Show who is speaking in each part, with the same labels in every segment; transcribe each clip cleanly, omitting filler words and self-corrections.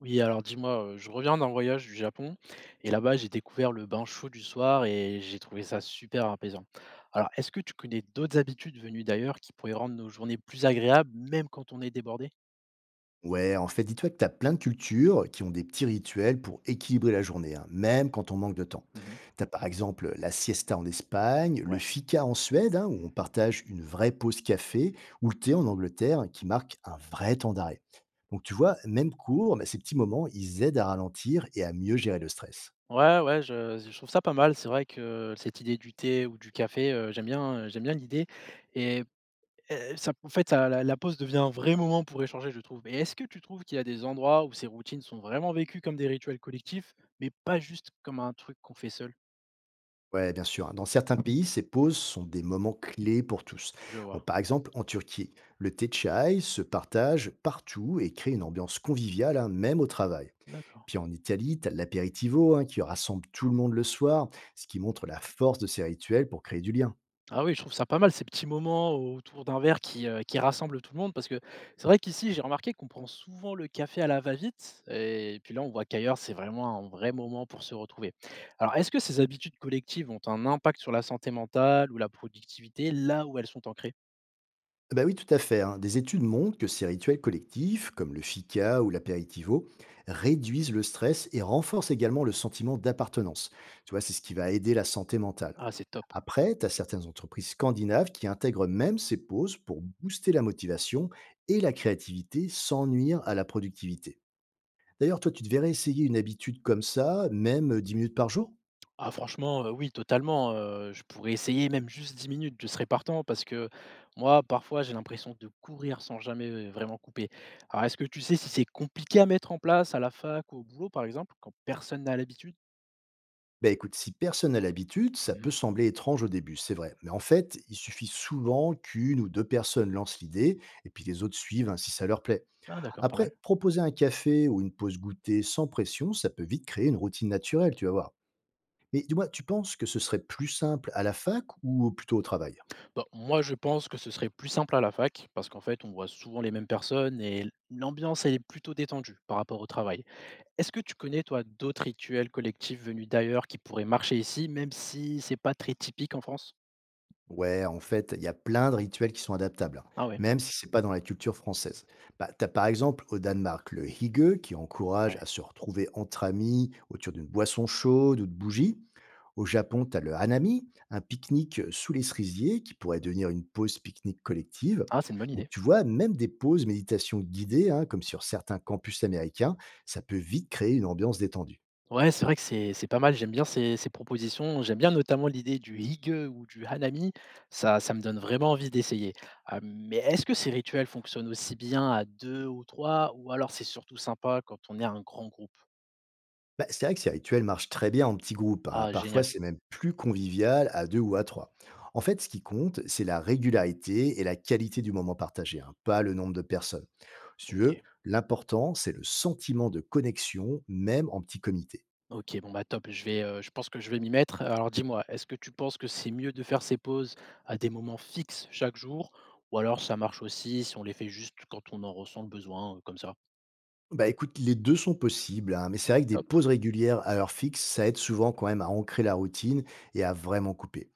Speaker 1: Oui, alors dis-moi, je reviens d'un voyage du Japon et là-bas, j'ai découvert le bain chaud du soir et j'ai trouvé ça super apaisant. Alors, est-ce que tu connais d'autres habitudes venues d'ailleurs qui pourraient rendre nos journées plus agréables, même quand on est débordé?
Speaker 2: Ouais, en fait, dis-toi que tu as plein de cultures qui ont des petits rituels pour équilibrer la journée, hein, même quand on manque de temps.
Speaker 1: Mmh.
Speaker 2: Tu as par exemple la siesta en Espagne, le
Speaker 1: Ouais.
Speaker 2: fika en Suède, hein, où on partage une vraie pause café, ou le thé en Angleterre, hein, qui marque un vrai temps d'arrêt. Donc tu vois, même cours, mais ces petits moments, ils aident à ralentir et à mieux gérer le stress.
Speaker 1: Ouais, ouais, je trouve ça pas mal. C'est vrai que cette idée du thé ou du café, j'aime bien l'idée et et ça en fait, ça la pause devient un vrai moment pour échanger, je trouve. Et est-ce que tu trouves qu'il y a des endroits où ces routines sont vraiment vécues comme des rituels collectifs, mais pas juste comme un truc qu'on fait seul?
Speaker 2: Ouais, bien sûr, hein. Dans certains pays, ces pauses sont des moments clés pour tous.
Speaker 1: Je
Speaker 2: Bon,
Speaker 1: vois,
Speaker 2: par exemple, en Turquie, le thé chai se partage partout et crée une ambiance conviviale, hein, même au travail.
Speaker 1: d'accord.
Speaker 2: Puis en Italie, tu as l'apéritivo, hein, qui rassemble tout le monde le soir, ce qui montre la force de ces rituels pour créer du lien.
Speaker 1: Ah oui, je trouve ça pas mal ces petits moments autour d'un verre qui rassemblent tout le monde parce que c'est vrai qu'ici, j'ai remarqué qu'on prend souvent le café à la va-vite et puis là, on voit qu'ailleurs, c'est vraiment un vrai moment pour se retrouver. Alors, est-ce que ces habitudes collectives ont un impact sur la santé mentale ou la productivité là où elles sont ancrées?
Speaker 2: Ah, bah oui, tout à fait, hein. Des études montrent que ces rituels collectifs, comme le fika ou l'apéritivo, réduisent le stress et renforcent également le sentiment d'appartenance. Tu vois, c'est ce qui va aider la santé mentale.
Speaker 1: Ah, c'est top.
Speaker 2: Après, tu as certaines entreprises scandinaves qui intègrent même ces pauses pour booster la motivation et la créativité sans nuire à la productivité. D'ailleurs, toi, tu devrais essayer une habitude comme ça, même 10 minutes par jour.
Speaker 1: Ah franchement, oui totalement, je pourrais essayer même juste 10 minutes, je serais partant parce que moi, parfois, j'ai l'impression de courir sans jamais, vraiment couper. Alors est-ce que tu sais si c'est compliqué à mettre en place à la fac ou au boulot, par exemple, quand personne n'a l'habitude?
Speaker 2: Ben écoute, si personne n'a l'habitude, ça peut
Speaker 1: Mmh.
Speaker 2: sembler étrange au début, c'est vrai. Mais en fait, il suffit souvent qu'une ou deux personnes lancent l'idée et puis les autres suivent, hein, si ça leur plaît.
Speaker 1: Ah d'accord, pas mal.
Speaker 2: Après, proposer un café ou une pause goûter sans pression, ça peut vite créer une routine naturelle, tu vas voir. Mais dis-moi, tu penses que ce serait plus simple à la fac ou plutôt au travail?
Speaker 1: Bah, moi, je pense que ce serait plus simple à la fac parce qu'en fait, on voit souvent les mêmes personnes et l'ambiance, elle est plutôt détendue par rapport au travail. Est-ce que tu connais, toi, d'autres rituels collectifs venus d'ailleurs qui pourraient marcher ici, même si c'est pas très typique en France?
Speaker 2: Ouais, en fait, il y a plein de rituels qui sont adaptables, hein,
Speaker 1: Ah ouais?
Speaker 2: même si c'est pas dans la culture française. Bah, t'as par exemple au Danemark le hygge qui encourage à
Speaker 1: Ouais.
Speaker 2: se retrouver entre amis autour d'une boisson chaude ou de bougies. Au Japon, t'as le hanami, un pique-nique sous les cerisiers qui pourrait devenir une pause pique-nique collective.
Speaker 1: Ah, c'est une bonne
Speaker 2: Donc
Speaker 1: idée.
Speaker 2: tu vois, même des pauses méditation guidées, hein, comme sur certains campus américains, ça peut vite créer une ambiance détendue.
Speaker 1: Ouais, c'est vrai que c'est pas mal, j'aime bien ces propositions. J'aime bien notamment l'idée du hygge ou du hanami, ça ça me donne vraiment envie d'essayer. Mais est-ce que ces rituels fonctionnent aussi bien à 2 ou 3 ou alors c'est surtout sympa quand on est un grand groupe?
Speaker 2: Bah, c'est vrai que ces rituels marchent très bien en petits groupes, hein.
Speaker 1: Ah
Speaker 2: Parfois,
Speaker 1: génial,
Speaker 2: c'est même plus convivial à deux ou à trois. En fait, ce qui compte, c'est la régularité et la qualité du moment partagé, hein, pas le nombre de personnes. Si tu veux,
Speaker 1: OK.
Speaker 2: l'important, c'est le sentiment de connexion, même en petit comité.
Speaker 1: OK, bon bah top, je vais, je pense que je vais m'y mettre. Alors dis-moi, est-ce que tu penses que c'est mieux de faire ces pauses à des moments fixes chaque jour ou alors ça marche aussi si on les fait juste quand on en ressent le besoin, comme ça?
Speaker 2: Bah écoute, les deux sont possibles, hein, mais c'est vrai que des
Speaker 1: Top,
Speaker 2: pauses régulières à heure fixe, ça aide souvent quand même à ancrer la routine et à vraiment couper.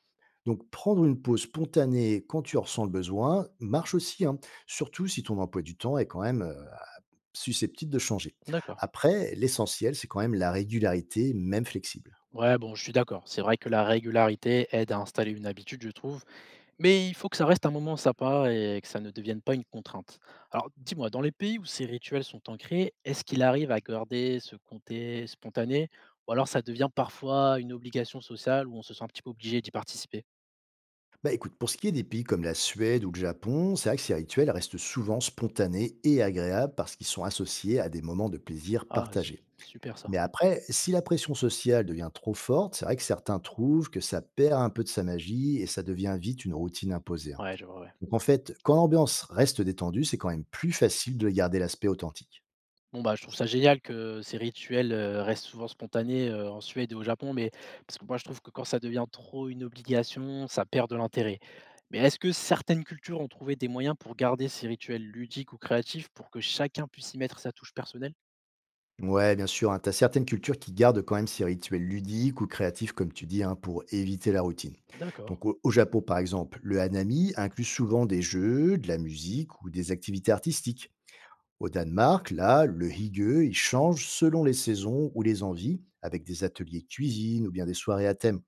Speaker 2: Donc prendre une pause spontanée quand tu en ressens le besoin marche aussi, hein, surtout si ton emploi du temps est quand même susceptibles de changer.
Speaker 1: d'accord.
Speaker 2: Après, l'essentiel, c'est quand même la régularité, même flexible.
Speaker 1: Ouais, bon, je suis d'accord. C'est vrai que la régularité aide à installer une habitude, je trouve, mais il faut que ça reste un moment sympa et que ça ne devienne pas une contrainte. Alors, dis-moi, dans les pays où ces rituels sont ancrés, est-ce qu'il arrive à garder ce comté spontané ou alors ça devient parfois une obligation sociale où on se sent un petit peu obligé d'y participer?
Speaker 2: Bah écoute, pour ce qui est des pays comme la Suède ou le Japon, c'est vrai que ces rituels restent souvent spontanés et agréables parce qu'ils sont associés à des moments de plaisir
Speaker 1: Ah,
Speaker 2: partagés.
Speaker 1: super ça.
Speaker 2: Mais après, si la pression sociale devient trop forte, c'est vrai que certains trouvent que ça perd un peu de sa magie et ça devient vite une routine imposée, hein.
Speaker 1: Ouais, je vois. Ouais.
Speaker 2: Donc en fait, quand l'ambiance reste détendue, c'est quand même plus facile de garder l'aspect authentique.
Speaker 1: Bon, bah, je trouve ça génial que ces rituels, restent souvent spontanés, en Suède et au Japon, mais parce que moi, je trouve que quand ça devient trop une obligation, ça perd de l'intérêt. Mais est-ce que certaines cultures ont trouvé des moyens pour garder ces rituels ludiques ou créatifs pour que chacun puisse y mettre sa touche personnelle?
Speaker 2: Ouais, bien sûr, hein, t'as certaines cultures qui gardent quand même ces rituels ludiques ou créatifs, comme tu dis, hein, pour éviter la routine.
Speaker 1: D'accord.
Speaker 2: Donc au Japon, par exemple, le hanami inclut souvent des jeux, de la musique ou des activités artistiques. Au Danemark, là, le hygge, il change selon les saisons ou les envies, avec des ateliers cuisine ou bien des soirées à thème.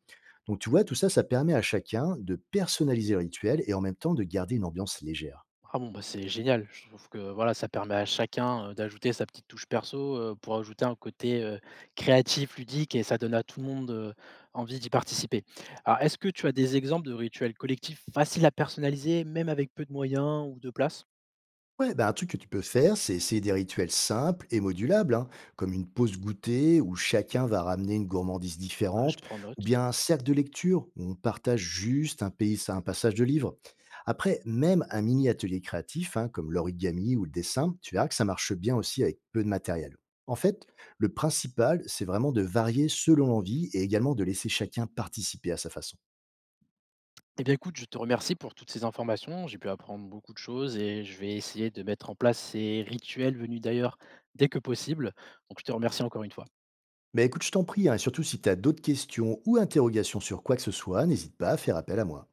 Speaker 2: Donc tu vois, tout ça, ça permet à chacun de personnaliser le rituel et en même temps de garder une ambiance légère.
Speaker 1: Ah bon, bah, c'est génial. Je trouve que voilà, ça permet à chacun, d'ajouter sa petite touche perso, pour ajouter un côté, créatif, ludique et ça donne à tout le monde, envie d'y participer. Alors est-ce que tu as des exemples de rituels collectifs faciles à personnaliser, même avec peu de moyens ou de place?
Speaker 2: Ouais, bah, un truc que tu peux faire, c'est essayer des rituels simples et modulables, hein, comme une pause goûter où chacun va ramener une gourmandise
Speaker 1: Ah, je
Speaker 2: différente,
Speaker 1: prends
Speaker 2: ou
Speaker 1: note.
Speaker 2: bien un cercle de lecture où on partage juste un pays, un passage de livre. Après, même un mini atelier créatif, hein, comme l'origami ou le dessin, tu verras que ça marche bien aussi avec peu de matériel. En fait, le principal, c'est vraiment de varier selon l'envie et également de laisser chacun participer à sa façon.
Speaker 1: Eh bien écoute, je te remercie pour toutes ces informations. J'ai pu apprendre beaucoup de choses et je vais essayer de mettre en place ces rituels venus d'ailleurs dès que possible. Donc je te remercie encore une fois.
Speaker 2: Mais écoute, je t'en prie, hein, et surtout si tu as d'autres questions ou interrogations sur quoi que ce soit, n'hésite pas à faire appel à moi.